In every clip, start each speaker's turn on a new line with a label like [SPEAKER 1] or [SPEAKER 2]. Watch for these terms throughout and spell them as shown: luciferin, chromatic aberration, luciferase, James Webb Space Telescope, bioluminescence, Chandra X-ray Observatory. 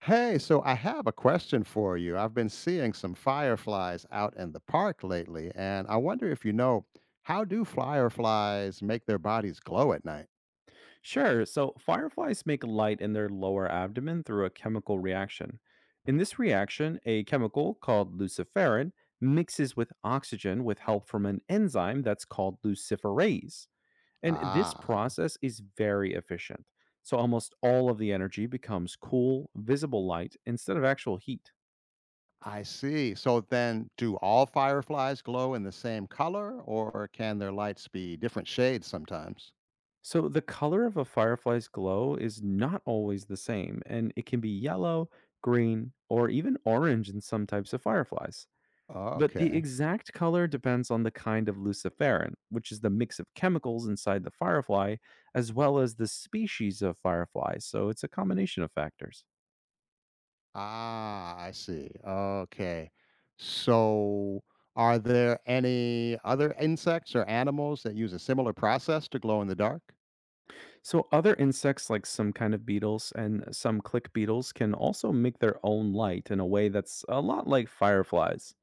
[SPEAKER 1] Hey, so I have a question for you. I've been seeing some fireflies out in the park lately, and I wonder if you know, how do fireflies make their bodies glow at night?
[SPEAKER 2] Sure. So fireflies make light in their lower abdomen through a chemical reaction. In this reaction, a chemical called luciferin mixes with oxygen with help from an enzyme that's called luciferase. And this
[SPEAKER 1] Ah,
[SPEAKER 2] process is very efficient. So almost all of the energy becomes cool, visible light instead of actual heat.
[SPEAKER 1] I see. So then, do all fireflies glow in the same color, or can their lights be different shades sometimes?
[SPEAKER 2] So the color of a firefly's glow is not always the same, and it can be yellow, green, or even orange in some types of fireflies. But the
[SPEAKER 1] Okay.
[SPEAKER 2] exact color depends on the kind of luciferin, which is the mix of chemicals inside the firefly, as well as the species of fireflies. So it's a combination of factors.
[SPEAKER 1] Ah, I see. Okay. So, are there any other insects or animals that use a similar process to glow in the dark?
[SPEAKER 2] So other insects, like some kind of beetles and some click beetles, can also make their own light in a way that's a lot like fireflies.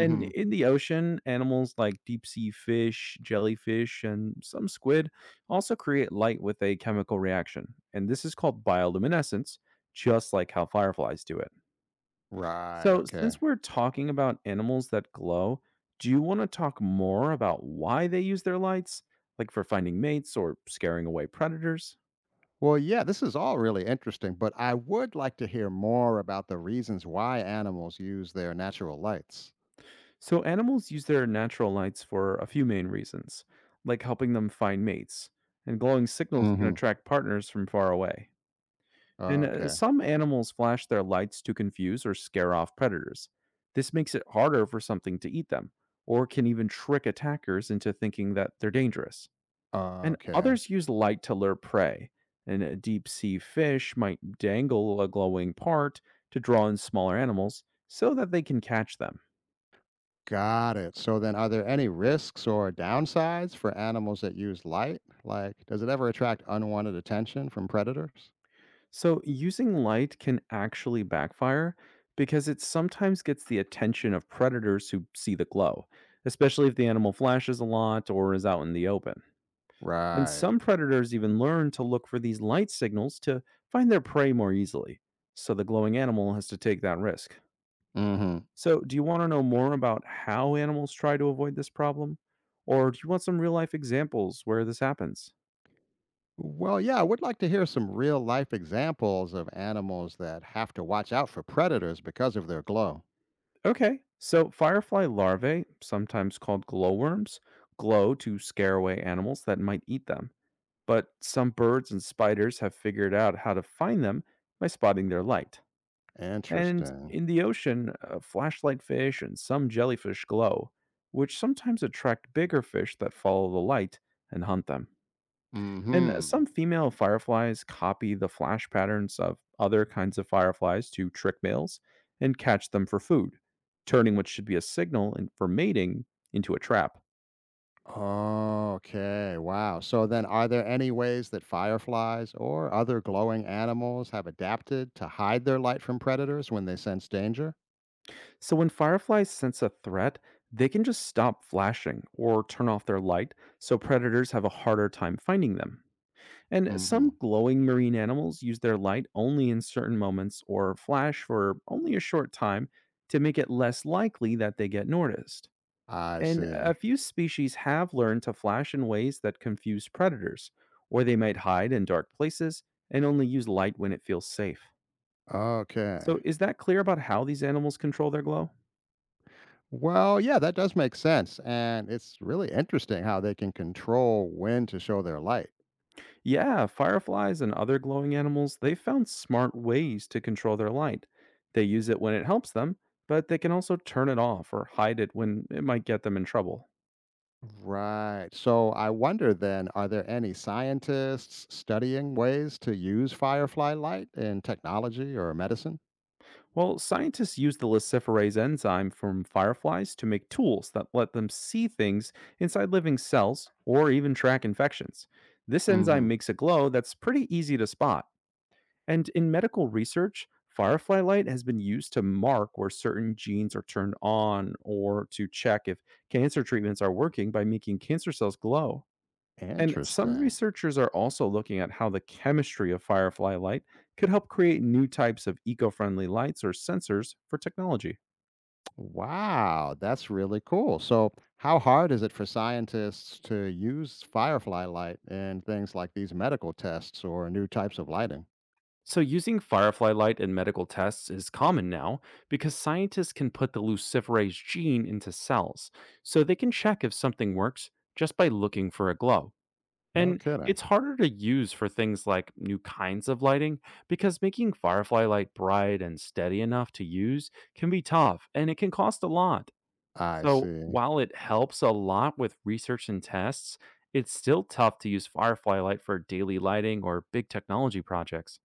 [SPEAKER 2] And in the ocean, animals like deep sea fish, jellyfish, and some squid also create light with a chemical reaction. And this is called bioluminescence, just like how fireflies do it.
[SPEAKER 1] Right,
[SPEAKER 2] So,
[SPEAKER 1] okay.
[SPEAKER 2] since we're talking about animals that glow, do you want to talk more about why they use their lights, like for finding mates or scaring away predators?
[SPEAKER 1] Well, yeah, this is all really interesting, but I would like to hear more about the reasons why animals use their natural lights.
[SPEAKER 2] So, animals use their natural lights for a few main reasons, like helping them find mates, and glowing signals can
[SPEAKER 1] Mhm.
[SPEAKER 2] attract partners from far away. And
[SPEAKER 1] Okay.
[SPEAKER 2] some animals flash their lights to confuse or scare off predators. This makes it harder for something to eat them, or can even trick attackers into thinking that they're dangerous. And
[SPEAKER 1] Okay.
[SPEAKER 2] others use light to lure prey, and a deep sea fish might dangle a glowing part to draw in smaller animals so that they can catch them.
[SPEAKER 1] Got it. So then are there any risks or downsides for animals that use light? Like does it ever attract unwanted attention from predators?
[SPEAKER 2] So, using light can actually backfire because it sometimes gets the attention of predators who see the glow, especially if the animal flashes a lot or is out in the open. And
[SPEAKER 1] Right.
[SPEAKER 2] some predators even learn to look for these light signals to find their prey more easily. So, the glowing animal has to take that risk.
[SPEAKER 1] Mhm.
[SPEAKER 2] So, do you want to know more about how animals try to avoid this problem? Or do you want some real life examples where this happens?
[SPEAKER 1] Well, yeah, I would like to hear some real life examples of animals that have to watch out for predators because of their glow.
[SPEAKER 2] Okay. So firefly larvae, sometimes called glowworms, glow to scare away animals that might eat them. But some birds and spiders have figured out how to find them by spotting their light. And
[SPEAKER 1] Interesting.
[SPEAKER 2] in the ocean, flashlight fish and some jellyfish glow, which sometimes attract bigger fish that follow the light and hunt them. And
[SPEAKER 1] Mhm.
[SPEAKER 2] some female fireflies copy the flash patterns of other kinds of fireflies to trick males and catch them for food, turning what should be a signal and for mating into a trap.
[SPEAKER 1] Okay, wow. So then are there any ways that fireflies or other glowing animals have adapted to hide their light from predators when they sense danger?
[SPEAKER 2] So when fireflies sense a threat, they can just stop flashing or turn off their light so predators have a harder time finding them. And some
[SPEAKER 1] Mhm.
[SPEAKER 2] glowing marine animals use their light only in certain moments or flash for only a short time to make it less likely that they get noticed.
[SPEAKER 1] I
[SPEAKER 2] And
[SPEAKER 1] see.
[SPEAKER 2] a few species have learned to flash in ways that confuse predators, or they might hide in dark places and only use light when it feels safe.
[SPEAKER 1] Okay.
[SPEAKER 2] So, is that clear about how these animals control their glow?
[SPEAKER 1] Well, yeah, that does make sense and it's really interesting how they can control when to show their light.
[SPEAKER 2] Yeah, fireflies and other glowing animals, they found smart ways to control their light. They use it when it helps them, but they can also turn it off or hide it when it might get them in trouble.
[SPEAKER 1] Right. So I wonder then, are there any scientists studying ways to use firefly light in technology or medicine?
[SPEAKER 2] Well, scientists use the luciferase enzyme from fireflies to make tools that let them see things inside living cells or even track infections. This enzyme
[SPEAKER 1] Hmm.
[SPEAKER 2] makes a glow that's pretty easy to spot. And in medical research, firefly light has been used to mark where certain genes are turned on or to check if cancer treatments are working by making cancer cells glow. And some
[SPEAKER 1] Interesting.
[SPEAKER 2] researchers are also looking at how the chemistry of firefly light could help create new types of eco friendly lights or sensors for technology.
[SPEAKER 1] Wow, that's really cool. So, how hard is it for scientists to use firefly light in things like these medical tests or new types of lighting?
[SPEAKER 2] So, using firefly light in medical tests is common now because scientists can put the luciferase gene into cells, so they can check if something works just by looking for a glow.
[SPEAKER 1] No
[SPEAKER 2] And
[SPEAKER 1] kidding.
[SPEAKER 2] it's harder to use for things like new kinds of lighting because making firefly light bright and steady enough to use can be tough and it can cost a lot.
[SPEAKER 1] I
[SPEAKER 2] So
[SPEAKER 1] see.
[SPEAKER 2] while it helps a lot with research and tests, it's still tough to use firefly light for daily lighting or big technology projects.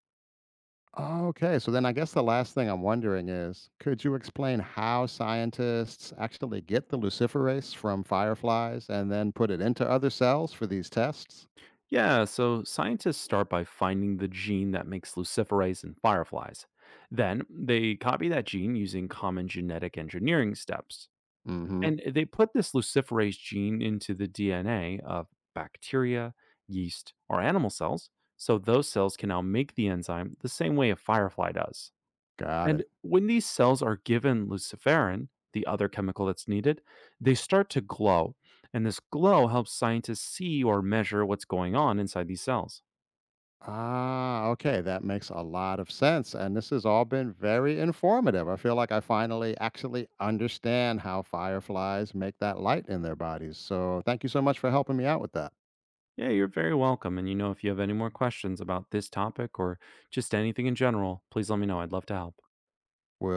[SPEAKER 1] Okay, so then I guess the last thing I'm wondering is could you explain how scientists actually get the luciferase from fireflies and then put it into other cells for these tests?
[SPEAKER 2] Yeah, so scientists start by finding the gene that makes luciferase in fireflies. Then they copy that gene using common genetic engineering steps.
[SPEAKER 1] Mm hmm.
[SPEAKER 2] And they put this luciferase gene into the DNA of bacteria, yeast, or animal cells, so those cells can now make the enzyme the same way a firefly does.
[SPEAKER 1] Got
[SPEAKER 2] And
[SPEAKER 1] it.
[SPEAKER 2] when these cells are given luciferin, the other chemical that's needed, they start to glow. And this glow helps scientists see or measure what's going on inside these cells.
[SPEAKER 1] Ah, okay, that makes a lot of sense. And this has all been very informative. I feel like I finally actually understand how fireflies make that light in their bodies. So thank you so much for helping me out with that.
[SPEAKER 2] Yeah, you're very welcome. And you know, if you have any more questions about this topic or just anything in general, please let me know. I'd love to help.
[SPEAKER 1] Well,